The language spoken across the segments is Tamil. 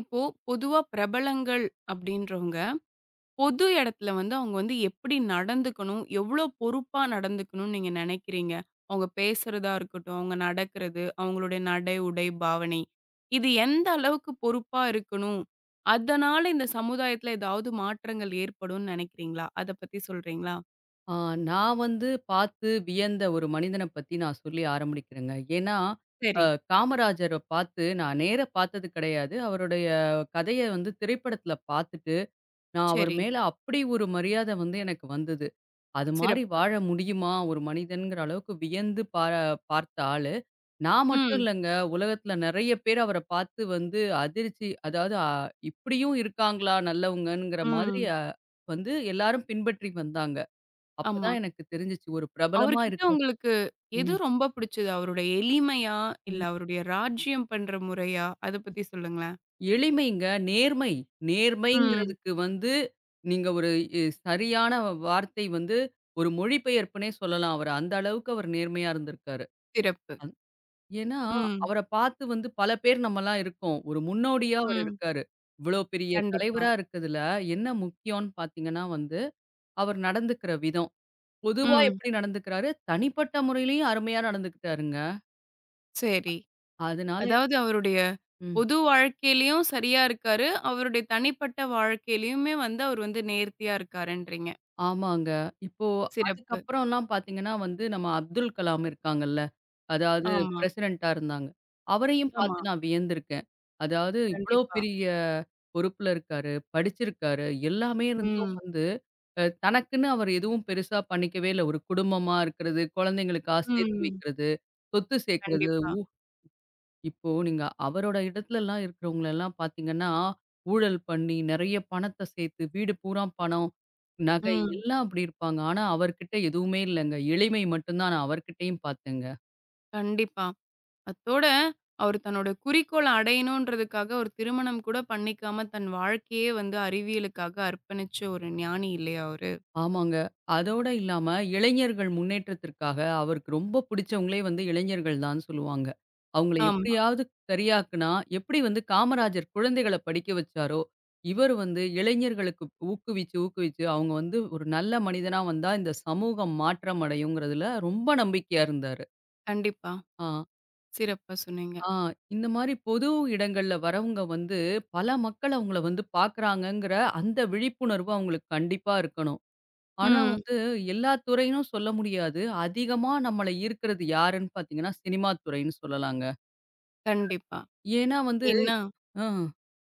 இப்போ பொதுவா பிரபலங்கள் அப்படின்றவங்க, பொது இடத்துல வந்து அவங்க வந்து எப்படி நடந்துக்கணும்? எவ்ளோ பொறுப்பா நடந்துக்கணும்னு நீங்க நினைக்கிறீங்க? அவங்க பேசுறதா இருக்கட்டும், அவங்க நடக்கிறது, அவங்களுடைய நடை, உடை, பாவனை. இது எந்த அளவுக்கு பொறுப்பா இருக்கணும்? அதனால இந்த சமுதாயத்துல ஏதாவது மாற்றங்கள் ஏற்படும்னு நினைக்கிறீங்களா? அத பத்தி சொல்றீங்களா? ஆ, நான் வந்து பார்த்து வியந்த ஒரு மனிதனை பத்தி நான் சொல்லி ஆரம்பிக்கிறேங்க. ஏன்னா, அ சரி, காமராஜர பார்த்து நான் நேர பார்த்தது கிடையாது. அவருடைய கதைய வந்து திரைப்படத்துல பார்த்துட்டு, நான் அவர் சரி. மேல அப்படி ஒரு மரியாதை வந்து எனக்கு வந்தது. அது மாரி சிறப்பு. வாழ முடியுமா ஒரு மனிதன்ங்கிற அளவுக்கு வியந்து பார்த்த ஆளு. நான் மட்டும் ம், இல்லங்க, உலகத்துல நெறைய பேர் அவர பார்த்து வந்து அதிர்ச்சி அதாவது இப்படியும் இருக்காங்களா நல்லவங்கங்கிற மாதிரி ம். வந்து எல்லாரும் பின்பற்றி வந்தாங்க. ஆமா. அப்பதான் எனக்கு தெரிஞ்சுச்சு. ஒரு பிரபலமா அவர்கிட்ட இருக்கிறது. உங்களுக்கு எது ம், ரொம்ப பிடிச்சது? அவருடைய எளிமையா? இல்ல ம். அவருடைய ராஜ்யம் பண்ற முறையா? அத பத்தி சொல்லுங்களேன். எளிமைங்க. நேர்மை. ம். நேர்மைங்கிறதுக்கு வந்து நீங்க ஒரு இ சரியான வார்த்தை வந்து ஒரு மொழிபெயர்ப்புன்னே சொல்லலாம். அவர அந்த அளவுக்கு அவர் நேர்மையா இருந்திருக்காரு. சிறப்பு. அந் ஏன்னா, ம். அவர பார்த்து வந்து பல பேர் நம்மலாம் இருக்கோம். ஒரு முன்னோடியா அவர் ம். இருக்காரு. இவ்வளோ பெரிய கண்டிப்பா. தலைவரா இருக்கதுல என்ன முக்கியம்ன்னு பார்த்தீங்கன்னா வந்து, அவர் நடந்துக்கிற விதம். பொதுவா ம். எப்படி நடந்துக்கிறாரு? தனிப்பட்ட முறையிலயும் அருமையா நடந்துக்கிட்டாருங்க. சரி. அதனால அதாவது அவருடைய ம். பொது வாழ்க்கையிலயும் சரியா இருக்காரு. அவருடைய தனிப்பட்ட வாழ்க்கையிலயுமே வந்து அவர் வந்து நேர்த்தியா இருக்காருன்றீங்க. ஆமாங்க. இப்போ சிறப்பு. அதுக்கப்புறம்லாம் பார்த்தீங்கன்னா வந்து, நம்ம அப்துல் கலாம் இருக்காங்கல்ல. அதாவது ஆமா. பிரசிடென்ட்டா இருந்தாங்க. அவரையும் ஆமா. பார்த்து நான் வியந்திருக்கேன். அதாவது இவ்ளோ கண்டிப்பா. பெரிய பொறுப்புல இருக்காரு, படிச்சிருக்காரு, எல்லாமே இருந்தும் ம். வந்து தனக்குன்னு அவர் எதுவும் பெருசா பண்ணிக்கவே இல்ல. ஒரு குடும்பமா இருக்கிறது, குழந்தைங்களுக்கா சேர்த்து ம். வைக்கிறது, சொத்து சேர்க்கிறது. கண்டிப்பா. இப்போ நீங்க அவரோட இடத்துலலாம் இருக்கிறவங்களலாம் பார்த்தீங்கன்னா, ஊழல் பண்ணி நெறைய பணத்த சேர்த்து, வீடு பூரா பணம், நகை ம். எல்லாம் அப்படி இருப்பாங்க. ஆனா அவர்கிட்ட எதுவுமே இல்லங்க. எளிமை மட்டும் தான் நான் அவர்கிட்டயும் பார்த்தேங்க. கண்டிப்பா. அத்தோட அவர் தன்னோட குறிக்கோள அடையணுன்றதுக்காக ஒரு திருமணம் கூட பண்ணிக்காம, தன் வாழ்க்கையே வந்து அறிவியலுக்காக அர்ப்பணிச்ச ஒரு ஞானி இல்லையா அவரு? ஆமாங்க. அதோட இல்லாம இளைஞர்கள் முன்னேற்றத்திற்காக அவருக்கு ரொம்ப பிடிச்சவங்களே வந்து இளைஞர்கள் தான்னு சொல்லுவாங்க. அவங்கள ஆமா. எப்படியாவது சரியாக்குனா, எப்படி வந்து காமராஜர் குழந்தைகள படிக்க வச்சாரோ, இவர் வந்து இளைஞர்களுக்கு ஊக்குவிச்சு, ஊக்குவிச்சு அவங்க வந்து ஒரு நல்ல மனிதனா வந்தா இந்த சமூகம் மாற்றம் அடையுங்கிறதுல ரொம்ப நம்பிக்கையா இருந்தாரு. கண்டிப்பா. ஆ, சிறப்பா சொன்னீங்க. ஆ இந்த மாரி பொது இடங்கள்ல வரவங்க வந்து பல மக்கள் அவங்கள வந்து பார்க்குறாங்கங்கிற அந்த விழிப்புணர்வு அவங்களுக்கு கண்டிப்பா இருக்கணும். ஆனா ம். வந்து எல்லா துறையினும் சொல்ல முடியாது. அதிகமா நம்மள ஈர்க்கிறது யாருன்னு பார்த்தீங்கன்னா, சினிமா துறைன்னு சொல்லலாங்க. கண்டிப்பா. ஏன்னா வந்து ஏன்னா அ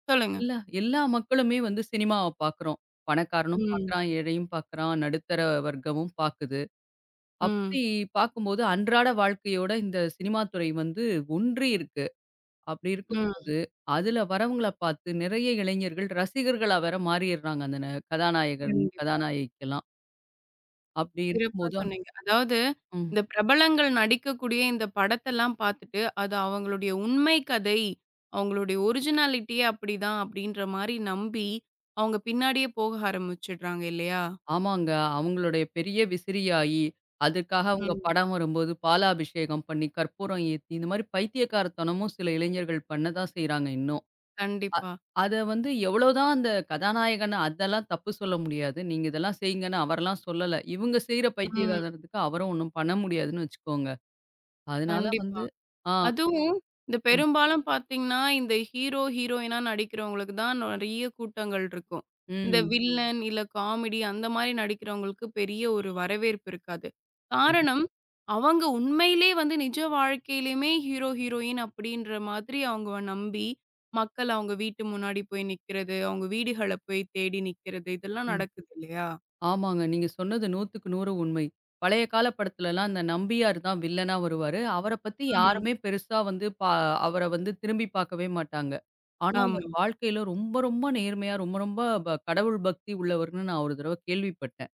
சொல்லுங்க. எல்லா எல்லா மக்களுமே வந்து சினிமாவ பார்க்குறோம். பணக்காரனும் ம். பார்க்குறான், ஏழையும் பார்க்குறான், நடுத்தர வர்க்கமும் பார்க்குது. ம். அப்படி பார்க்கும்போது அன்றாட வாழ்க்கையோட இந்த சினிமா துறை வந்து ஒன்றி இருக்கு. அப்படி ம். இருக்கும்போது, அதுல வரவங்கள பார்த்து நிறைய இளைஞர்கள் ரசிகர்களா வேற மாறிர்றாங்க அந்த கதாநாயகன், கண்டிப்பா. கதாநாயகிக்கெல்லாம். அப்படி சிறப்பா இருக்கும்போது. சொன்னீங்க. அதாவது ம். இந்த பிரபலங்கள் நடிக்கக்கூடிய இந்த படத்தெல்லாம் பார்த்துட்டு, அது அவங்களுடைய உண்மை கதை, அவங்களுடைய ஒரிஜினாலிட்டியே அப்படிதான் அப்படின்ற மாரி நம்பி, அவங்க பின்னாடியே போக ஆரம்பிச்சுடுறாங்க இல்லையா? ஆமாங்க. அவங்களுடைய பெரிய விசிறியாயி, அதற்காக அவங்க ம். படம் வரும்போது பாலாபிஷேகம் பண்ணி, கற்பூரம் ஏத்தி, இந்த மாரி பைத்தியக்காரத்தனமும் சில இளைஞர்கள் பண்ண தான் செய்றாங்க இன்னும். அ கண்டிப்பா. அத வந்து எவ்வளோதான் அந்த கதாநாயகன் அதெல்லாம் தப்பு சொல்ல முடியாது. நீங்க இதெல்லாம் செய்யுங்கன்னு அவரெல்லாம் சொல்லல. இவங்க செய்ற ம். பைத்தியக்காரத்தனத்துக்கு அவரும் ஒண்ணும் பண்ண முடியாதுன்னு வச்சுக்கோங்க. அதனால கண்டிப்பா. வந்து ஆ. அதுவும் இந்த ம். பெரும்பாலும் பார்த்தீங்கன்னா, இந்த ஹீரோ, ஹீரோயினா நடிக்கிறவங்களுக்கு தான் நெறைய கூட்டங்கள் இருக்கும். இந்த ம். வில்லன் இல்ல காமெடி அந்த மாரி நடிக்கிறவங்களுக்கு பெரிய ஒரு வரவேற்பு இருக்காது. காரணம், அவங்க உண்மையிலே வந்து நிஜ வாழ்க்கையிலயுமே ஹீரோ, ஹீரோயின் அப்படின்ற மாதிரி அவங்க நம்பி, மக்கள் அவங்க வீட்டு முன்னாடி போய் நிக்கிறது, அவங்க வீடுகள போய் தேடி நிக்கிறது, இதெல்லாம் ம். நடக்குது இல்லையா? ஆமாங்க. நீங்க சொன்னது 100க்கு 100 உண்மை. பழைய கால படத்துலலாம் இந்த நம்பியார் தான் வில்லனா வருவாரு. அவர பத்தி ம். யாருமே பெருசா வந்து அவர வந்து திரும்பி பார்க்கவே மாட்டாங்க. ஆனா ஆமா. அவர் வாழ்க்கையில ரொம்ப ரொம்ப நேர்மையா, ரொம்ப ரொம்ப கடவுள் பக்தி உள்ளவர்ன்னு நான் ஒரு தடவ கேள்விப்பட்டேன்.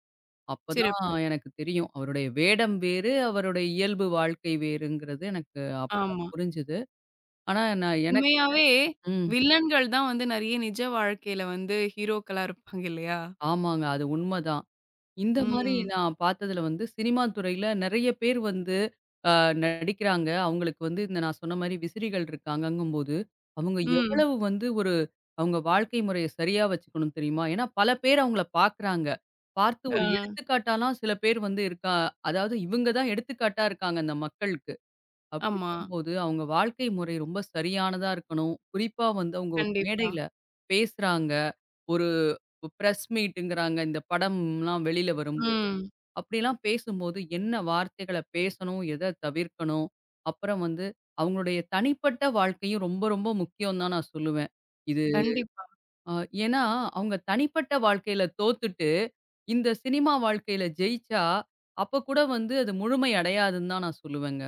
அப்பதான் சிறப்பு. எனக்கு தெரியும். அவருடைய வேடம் வேறு, அவருடைய இயல்பு வாழ்க்கை வேறுங்கிறது எனக்கு அப்பதான் ஆமா. புரிஞ்சுது. ஆனா நான் எனக்கு உண்மையாவே ம். வில்லன்கள் தான் வந்து நெறைய நிஜ வாழ்க்கையில வந்து ஹீரோக்களா இருப்பாங்க இல்லையா? ஆமாங்க. அது உண்மதான். இந்த மாரி ம். நான் பார்த்ததுல வந்து, சினிமா துறையில நெறைய பேர் வந்து அ நடிக்கிறாங்க. அவங்களுக்கு வந்து இந்த நான் சொன்ன மாரி விசிறிகள் இருக்காங்கங்கும்போது, அவங்க ம். எவ்வளவு வந்து ஒரு அவங்க வாழ்க்கை முறைய சரியா வச்சுக்கணும் தெரியுமா? ஏன்னா பல பேர் அவங்கள பார்க்குறாங்க. பார்த்து ஒரு ஆ. எடுத்துக்காட்டாலாம் சில பேர் வந்து அதாவது இவங்க தான் எடுத்துக்காட்டா இருக்காங்க அந்த மக்களுக்கு. அப்படி ஆமா. இருக்கும்போது அவங்க வாழ்க்கை முறை ரொம்ப சரியானதா இருக்கணும். குறிப்பா வந்து அவங்க ஒரு கண்டிப்பா. மேடையில பேசுறாங்க. ஒரு பிரஸ் மீட்டுங்கிறாங்க. இந்த படம்லாம் வெளியில வரும்போது. ம். அப்படிலாம் பேசும்போது என்ன வார்த்தைகள பேசணும்? எத தவிர்க்கணும்? அப்புறம் வந்து அவங்களுடைய தனிப்பட்ட வாழ்க்கையும் ரொம்ப, ரொம்ப முக்கியம் தான் நான் சொல்லுவேன். இது கண்டிப்பா, அ ஏன்னா அவங்க தனிப்பட்ட வாழ்க்கையில தோத்துட்டு, இந்த சினிமா வாழ்க்கையில ஜெயிச்சா, அப்ப கூட வந்து அது முழுமை அடையாதுன்னு தான் நான் சொல்லுவேங்க.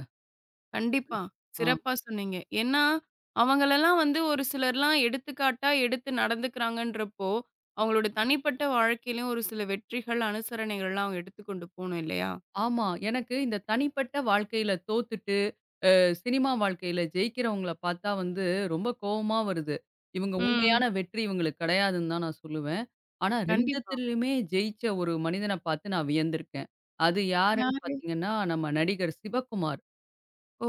கண்டிப்பா. ஆ. சிறப்பா சொன்னீங்க. ஏன்னா, அவங்களலாம் வந்து ஒரு சிலர்லாம் எடுத்துக்காட்டா எடுத்து நடந்துக்கிறாங்கன்றப்போ, அவங்களோட தனிப்பட்ட வாழ்க்கையிலும் ஒரு சில வெற்றிகள், அனுசரணைகள்லாம் அவங்க எடுத்துக் கொண்டு போணும் இல்லையா? ஆமா. எனக்கு இந்த தனிப்பட்ட வாழ்க்கையில தோத்துட்டு சினிமா வாழ்க்கையில ஜெயிக்கிறவங்கள பார்த்தா வந்து ரொம்ப கோவமா வருது. இவங்க உண்மையான ம். வெற்றி இவங்களுக்கு கிடையாதுன்னு தான் நான் சொல்லுவேன். ஆனா 2 கண்டிப்பா. துலயுமே ஜெயிச்ச ஒரு மனிதன பார்த்து நான் வியந்திருக்கேன். அது யாருன்னு யாரு? பார்த்தீங்கன்னா, நம்ம நடிகர் சிவகுமார்.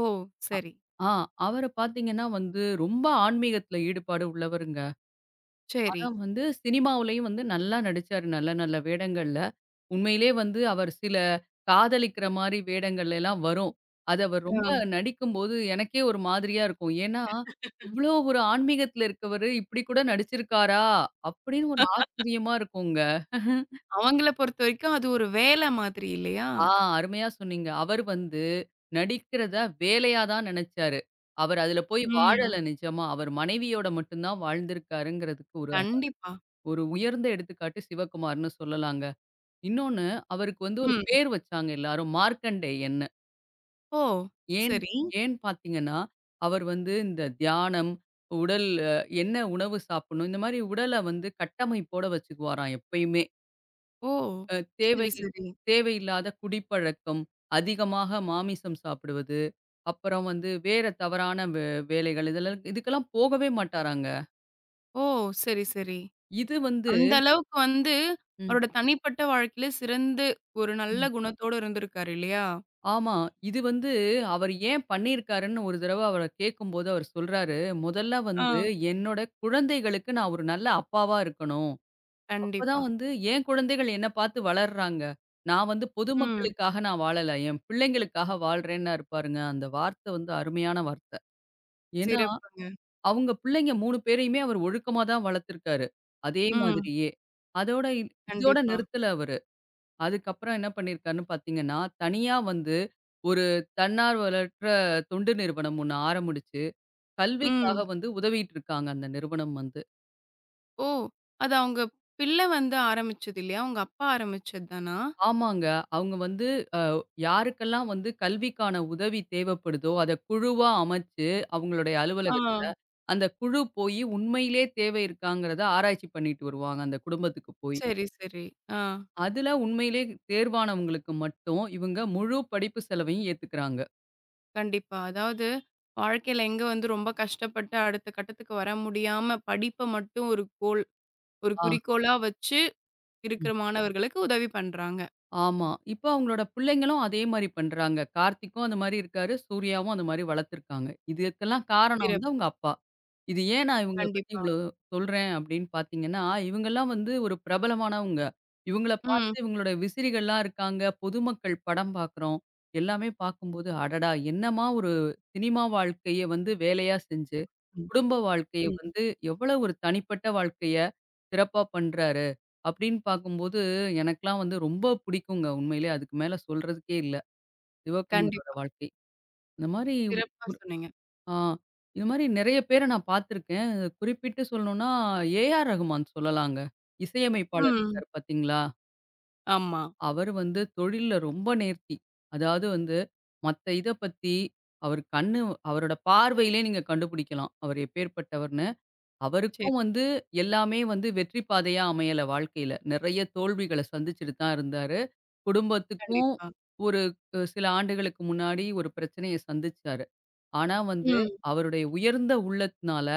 ஓ! சரி, ஆ அவர பார்த்தீங்கன்னா வந்து ரொம்ப ஆன்மீகத்தில ஈடுபாடு உள்ளவருங்க. சரி. ஆனா வந்து சினிமாவுலயும் வந்து நல்லா நடிச்சாரு. நல்ல நல்ல வேடங்கள்ல. உண்மையிலே வந்து அவர் சில காதலிக்கிற மாரி வேடங்கள் எல்லாம் வரும். அது அவர் ரொம்ப நடிக்கும்போது எனக்கே ஒரு மாதிரியா இருக்கும். ஏன்னா, ஆ. இவ்ளோ ஒரு ஆன்மீகத்தில இருக்கவரு இப்படி கூட நடிச்சிருக்காரா? அப்படின்னு ஒரு ஆச்சரியமா இருக்குங்க. அவங்கள பொறுத்தவரைக்கும் அது ஒரு வேல மாதிரி இல்லையா? ஆ அருமையா சொன்னீங்க. அவர் வந்து நடிக்கிறத வேலையா தான் நெனச்சாரு. அவர் அதுல போய் வாழல ம். நிஜமா. அவர் மனைவியோட மட்டும் தான் வாழ்ந்திருக்காருங்கிறதுக்கு ஒரு கண்டிப்பா. ஒரு உயர்ந்த எடுத்துக்காட்டு சிவகுமார்ன்னு சொல்லலாங்க. இன்னொன்னு அவருக்கு வந்து ஒரு ம். பேர் வச்சாங்க எல்லாரும் மார்க்கண்டேயன்னு. ஓ! ஏன் சரி. ஏன்னு பார்த்தீங்கன்னா, அவர் வந்து இந்த தியானம், உடல் என்ன உணவு சாப்பிடணும், இந்த மாரி உடல வந்து கட்டமைப்போட வச்சுக்குவாராம் எப்பயுமே. ஓ! அ தேவை சரி, சரி. தேவையில்லாத குடிப்பழக்கம், அதிகமாக மாமிசம் சாப்பிடுவது, அப்புறம் வந்து வேற தவறான வேலைகள் இதெல்லாம் இதுக்கெல்லாம் போகவே மாட்டாராங்க. ஓ! சரி, சரி. இது வந்து அந்த அளவுக்கு வந்து ம், அவரோட தனிப்பட்ட வாழ்க்கையில சிறந்து ஒரு ம். நல்ல குணத்தோட இருந்திருக்காரு இல்லையா? ஆமா. இது வந்து அவர் ஏன் பண்ணியிருக்காருன்னு ஒரு தடவ அவர கேட்கும்போது அவர் சொல்றாரு, "முதல்ல ஆ. வந்து என்னோட குழந்தைகளுக்கு நான் ஒரு நல்ல அப்பாவா இருக்கணும்." அப்பதான் கண்டிப்பா. வந்து என் குழந்தைகள் என்ன பார்த்து வளர்றாங்க. நான் வந்து ம். பொதுமக்களுக்காக நான் வாழல. என் பிள்ளைங்களுக்காக வாழ்றேன்னாரு பாருங்க. அந்த வார்த்தை வந்து அருமையான வார்த்தை. ஏன்னா, சிறப்புங்க. அவங்க பிள்ளைங்க 3 பேரையுமே அவர் ஒழுக்கமா தான் வளர்த்துருக்காரு. அதே ம். மாதிரியே. அதோட இதோட கண்டிப்பா. நிறுத்தல அவரு. அதுக்கப்புறம் என்ன பண்ணியிருக்காருன்னு பார்த்தீங்கன்னா, தனியா வந்து ஒரு தன்னார்வலற்ற தொண்டு நிறுவனம் ஒண்ணு ஆரம்பிச்சு, கல்விக்காக ம். வந்து உதவிட்டு இருக்காங்க அந்த நிறுவனம் வந்து. ஓ! அது அவங்க பிள்ளை வந்து ஆரம்பிச்சது இல்லையா? உங்க அப்பா ஆரம்பிச்சது தானா? ஆமாங்க. அவங்க வந்து அ யாருக்கெல்லாம் வந்து கல்விக்கான உதவி தேவைப்படுதோ, அத குழுவா அமைச்சு, அவங்களுடைய ஆ. அலுவலகத்துல, அந்த குழு போயி உண்மையிலே தேவை இருக்காங்கிறத ஆராய்ச்சி பண்ணிட்டு வருவாங்க, அந்த குடும்பத்துக்கு போய். சரி, சரி. ஆ. அதுல உண்மையிலே தேர்வானவங்களுக்கு மட்டும், இவங்க முழு படிப்பு செலவையும் ஏத்துக்கிறாங்க. கண்டிப்பா. அதாவது வாழ்க்கையில எங்க வந்து ரொம்ப கஷ்டப்பட்டு அடுத்த கட்டத்துக்கு வர முடியாம படிப்ப மட்டும் ஒரு கோல், ஒரு ஆ. குறிக்கோளா வச்சு இருக்கிற மாணவர்களுக்கு உதவி பண்றாங்க. ஆமா. இப்ப அவங்களோட பிள்ளைங்களும் அதே மாரி பண்றாங்க. கார்த்திக்கும் அந்த மாரி இருக்காரு. சூர்யாவும் அந்த மாரி வளர்த்துருக்காங்க. இதுக்கெல்லாம் காரணம் வந்து சிறப்பு. அவங்க அப்பா. இது ஏன் நான் இவங்கள பத்தி கண்டிப்பா. இவ்ளோ சொல்றேன் அப்படின்னு பார்த்தீங்கன்னா, இவங்கலாம் வந்து ஒரு பிரபலமானவங்க. இவங்கள பார்த்து ம். இவங்களோட விசிறிகள்லாம் இருக்காங்க. பொதுமக்கள் படம் பார்க்குறோம். எல்லாமே பார்க்கும்போது, அடடா! என்னமா ஒரு சினிமா வாழ்க்கைய வந்து வேலையா செஞ்சு ம். குடும்ப வாழ்க்கைய ம். வந்து எவ்வளவு ஒரு தனிப்பட்ட வாழ்க்கைய சிறப்பா பண்றாரு அப்படின்னு பார்க்கும்போது, எனக்கெல்லாம் வந்து ரொம்ப பிடிக்குங்க உண்மையிலே. அதுக்கு மேல சொல்றதுக்கே இல்ல. சிவகுமாரோட கண்டிப்பா. வாழ்க்கை. இந்த மாரி ஒரு சிறப்பா ஒரு- சொன்னீங்க. ஆ இந்த மாரி நெறைய பேர நான் பார்த்துருக்கேன். குறிப்பிட்டு சொல்லணும்னா ஏ.ஆர். ரகுமான் சொல்லலாங்க. இசையமைப்பாளர் ம். இருக்காரு பார்த்தீங்களா? ஆமா. அவரு வந்து தொழில்ல ரொம்ப நேர்த்தி. அதாவது வந்து மத்த இத பத்தி அவர் கண்ணு அவரோட பார்வையிலே நீங்க கண்டுபிடிக்கலாம். அவர் எப்பேர்ப்பட்டவர் சரி. அவருக்கும் வந்து எல்லாமே வந்து வெற்றி பாதையா அமையல வாழ்க்கையில. நெறைய தோல்விகள சந்திச்சுட்டு தான் இருந்தாரு. குடும்பத்துக்கும் கண்டிப்பா. ஒரு சில ஆண்டுகளுக்கு முன்னாடி ஒரு பிரச்சனைய சந்திச்சாரு. ஆனா வந்து ம். அவருடைய உயர்ந்த உள்ளத்தினால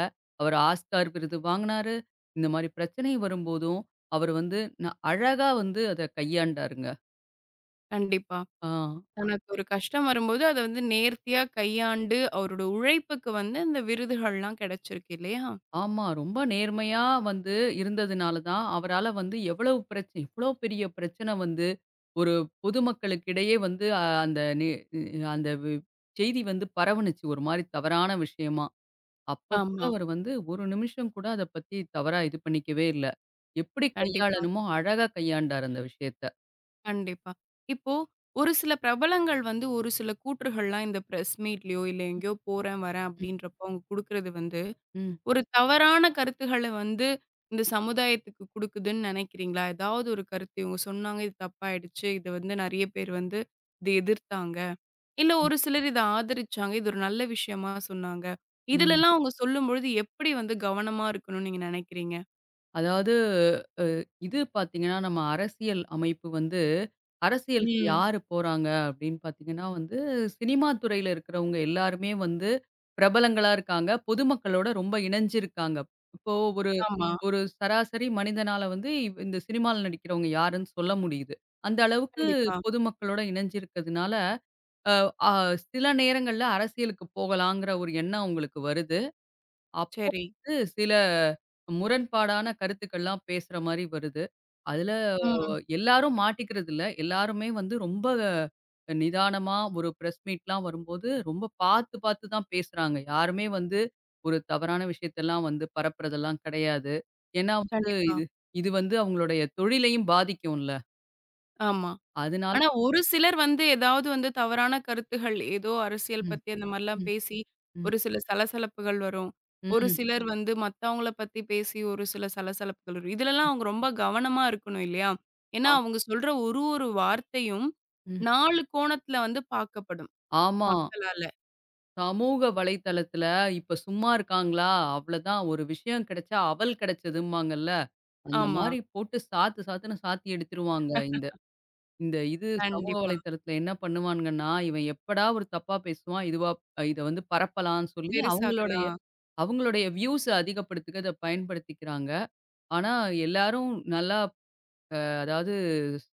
அவர் ஆஸ்கார் விருது வாங்குனாரு. இந்த மாரி பிரச்சனை வரும்போதும் அவர் வந்து ந அழகா வந்து அத கையாண்டாருங்க. கண்டிப்பா. ஆ. தனக்கு ஒரு கஷ்டம் வரும்போது அத வந்து நேர்த்தியா கையாண்டு அவரோட உழைப்புக்கு வந்து இந்த விருதுகள்லாம் கிடைச்சிருக்கு இல்லையா? ஆமா. ரொம்ப நேர்மையா வந்து இருந்ததுனால தான், அவரால வந்து எவ்வளவு பிரச்ச எவ்வளோ பெரிய பிரச்சனை வந்து ஒரு பொதுமக்களுக்கிடையே வந்து அ அந்த நே அந்த வி செய்தி வந்து பரவுனுச்சு. ஒரு மாரி தவறான விஷயமா. அப்ப கூட ஆமா. அவர் வந்து ஒரு நிமிஷம் கூட அத பத்தி தவறா இது பண்ணிக்கவே இல்ல. எப்படி கண்டிப்பா. கையாளணுமோ அழகா கையாண்டார் அந்த விஷயத்த. கண்டிப்பா. இப்போ ஒரு சில பிரபலங்கள் வந்து ஒரு சில கூற்றுகள்லாம் இந்த பிரஸ் மீட்லயோ, இல்ல எங்கேயோ போறேன், வரேன் ம். அப்படின்றப்போ அவங்க குடுக்குறது வந்து, ம். ஒரு தவறான கருத்துகள வந்து இந்த சமுதாயத்துக்கு குடுக்குதுன்னு நினைக்கிறீங்களா? ஏதாவது ஒரு கருத்து இவங்க சொன்னாங்க, இது தப்பாயிடுச்சு. இத வந்து நெறைய பேர் வந்து இத எதிர்த்தாங்க. இல்ல ஒரு சிலர் இத ஆதரிச்சாங்க. இது ஒரு நல்ல விஷயமா சொன்னாங்க. ம். இதுலலாம் அவங்க சொல்லும்பொழுது எப்படி வந்து கவனமா இருக்கணும்னு நீங்க நினைக்கிறீங்க? அதாவது இது பார்த்தீங்கன்னா, நம்ம அரசியல் அமைப்பு வந்து அரசியலுக்கு ம். யாரு போறாங்க அப்படின்னு பார்த்தீங்கன்னா வந்து, சினிமா துறையில இருக்கிறவங்க எல்லாருமே வந்து பிரபலங்களா இருக்காங்க. பொதுமக்களோட ரொம்ப இணைஞ்சிருக்காங்க. இப்போ ஒரு ஆமா. ஒரு சராசரி மனிதனால வந்து இந்த சினிமால நடிக்கிறவங்க யாருன்னு சொல்ல முடியுது. அந்த அளவுக்கு கண்டிப்பா. பொதுமக்களோட இணைஞ்சிருக்கிறதுனால, அ அ சில நேரங்கள்ல அரசியலுக்கு போகலாங்கிற ஒரு எண்ணம் அவங்களுக்கு வருது. அப்போ சரி. வந்து சில முரண்பாடான கருத்துக்கள்லாம் பேசுற மாரி வருது. அதுல ம். எல்லாரும் மாட்டிக்கிறது இல்ல. எல்லாருமே வந்து ரொம்ப நிதானமா ஒரு பிரஸ் மீட்லாம் வரும்போது, ரொம்ப பார்த்து பார்த்து தான் பேசுறாங்க. யாருமே வந்து ஒரு தவறான விஷயத்தெல்லாம் வந்து பரப்புறதெல்லாம் கிடையாது. ஏன்னா வந்து கண்டிப்பா. இது இது வந்து அவங்களுடைய தொழிலையும் பாதிக்கும்ல. ஆமா. அதனால ஆனா ஒரு சிலர் வந்து ஏதாவது வந்து தவறான கருத்துகள், ஏதோ அரசியல் ம், பத்தி அந்த மாரிலாம் ம், பேசி, ம், ஒரு சில சலசலப்புகள் வரும். ஒரு ம். சிலர் வந்து மத்தவங்கள பத்தி பேசி ஒரு சில சலசலப்புகள் வரும். இதுலலாம் அவங்க ரொம்ப கவனமா இருக்கணும் இல்லையா? ஆ ஏன்னா அவங்க சொல்ற ஒரு ஒரு வார்த்தையும் ம். 4 கோணத்துல வந்து பார்க்கப்படும் ஆமா. மக்களால. சமூக வலைத்தளத்துல இப்ப சும்மா இருக்காங்களா? அவ்வளதான் ஒரு விஷயம் கிடைச்சா அவல் கிடைச்சதும்பாங்கல்ல. அந்த ஆமா. மாரி போட்டு சாத்து சாத்துன்னு சாத்தி எடுத்துருவாங்க. இந்த இந்த இது சமூக கண்டிப்பா. வலைத்தளத்துல என்ன பண்ணுவானுங்கன்னா, இவன் எப்படா ஒரு தப்பா பேசுவான், இதுவா இத வந்து பரப்பலான்னு சொல்லி அவங்களுடைய பெருசாக்கலாம். அவங்களுடைய வியூஸ அதிகப்படுத்துக்க இத பயன்படுத்திக்கிறாங்க. ஆனா எல்லாரும் நல்லா அதாவது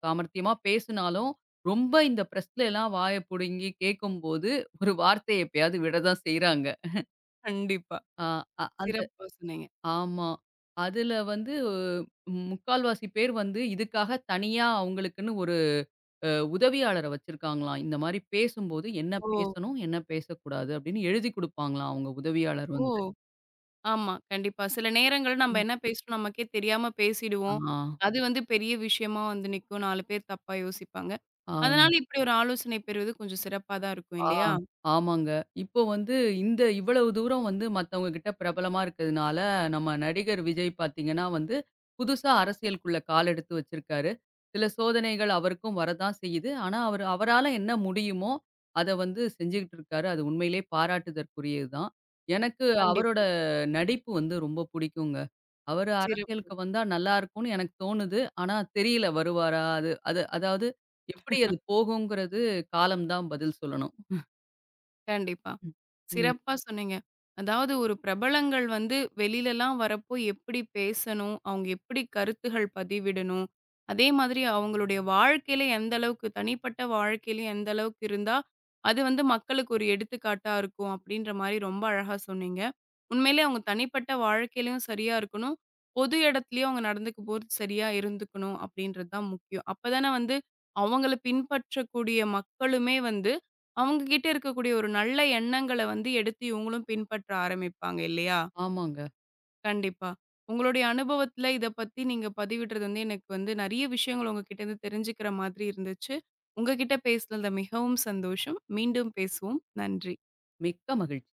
சாமர்த்தியமா பேசினாலும், ரொம்ப இந்த பிரஸ்லலாம் வாய புடுங்கி கேட்கும்போது, ஒரு வார்த்தை எப்பயாவது விட தான் செய்றாங்க. கண்டிப்பா. ஆ, அ அது சிறப்பா சொன்னீங்க. ஆமா. அதுல வந்து ம், முக்கால்வாசி பேர் வந்து இதுக்காக தனியா அவங்களுக்குன்னு ஒரு அ உதவியாளர வச்சிருக்காங்களாம். இந்த மாரி பேசும்போது என்ன ஓ! பேசணும், என்ன பேசக்கூடாது அப்படின்னு எழுதிக் குடுப்பாங்களாம் அவங்க உதவியாளர் ஓ! வந்து. ஆமா. கண்டிப்பா. சில நேரங்கள் நம்ம என்ன பேசுறோம் நமக்கே தெரியாம ஆ. பேசிடுவோம். அது வந்து பெரிய விஷயமா வந்து நிக்கும். 4 பேர் தப்பா யோசிப்பாங்க. அதனால ஆ. இப்படி ஒரு ஆலோசனை பெறுவது கொஞ்சம் சிறப்பா தான் இருக்கும் ஆ, இல்லையா? ஆமாங்க. இப்போ வந்து இந்த இவ்வளவு தூரம் வந்து மத்தவங்க கிட்ட பிரபலமா இருக்கிறதுனால, நம்ம நடிகர் விஜய் பார்த்தீங்கன்னா வந்து, புதுசா அரசியலுக்குள்ள கால் எடுத்து வச்சிருக்காரு. சில சோதனைகள் அவருக்கும் வரதான் செய்யுது. ஆனா, அவரு அவரால என்ன முடியுமோ, அத வந்து செஞ்சுகிட்டு இருக்காரு. அது உண்மையிலேயே பாராட்டுதற்குரியது தான். எனக்கு அவரோட கண்டிப்பா. நடிப்பு வந்து ரொம்ப புடிக்குங்க. அவரு சிறப்பு. அரசியலுக்கு வந்தா நல்லாருக்கும்னு எனக்கு தோணுது. ஆனா தெரியல வருவாரா? அது அது அதாவது எப்படி அது போகுங்கிறது காலம் தான் பதில் சொல்லணும். கண்டிப்பா. ம். ம். சிறப்பா சொன்னீங்க. அதாவது ஒரு பிரபலங்கள் வந்து வெளிலலாம் வரப்போ எப்படி பேசணும்? அவங்க எப்படி கருத்துகள் பதிவிடணும்? அதே மாதிரி அவங்களுடைய வாழ்க்கையில எந்த அளவுக்கு தனிப்பட்ட வாழ்க்கையிலயும் எந்த அளவுக்கு இருந்தா, அது வந்து மக்களுக்கு ஒரு எடுத்துக்காட்டா இருக்கும் அப்படின்ற மாரி ரொம்ப அழகா சொன்னீங்க. உண்மையிலேயே அவங்க தனிப்பட்ட வாழ்க்கையிலயும் சரியா இருக்கணும். பொது இடத்துலயும் அவங்க நடந்துக்கும் போது சரியா இருந்துக்கணும் அப்படின்றது தான் முக்கியம். அப்பதானே வந்து அவங்கள பின்பற்றக்கூடிய மக்களுமே வந்து அவங்க கிட்ட இருக்கக்கூடிய ஒரு நல்ல எண்ணங்கள வந்து எடுத்து இவங்களும் பின்பற்ற ஆரம்பிப்பாங்க இல்லையா? ஆமாங்க. கண்டிப்பா. உங்களுடைய அனுபவத்துல இத பத்தி நீங்க பதிவிடுறது வந்து எனக்கு வந்து நெறைய விஷயங்கள் உங்ககிட்ட இருந்து தெரிஞ்சுக்கிற மாதிரி இருந்துச்சு. உங்க கிட்ட பேசினதுல மிகவும் சந்தோஷம். மீண்டும் பேசுவோம். நன்றி. மிக்க மகிழ்ச்சி.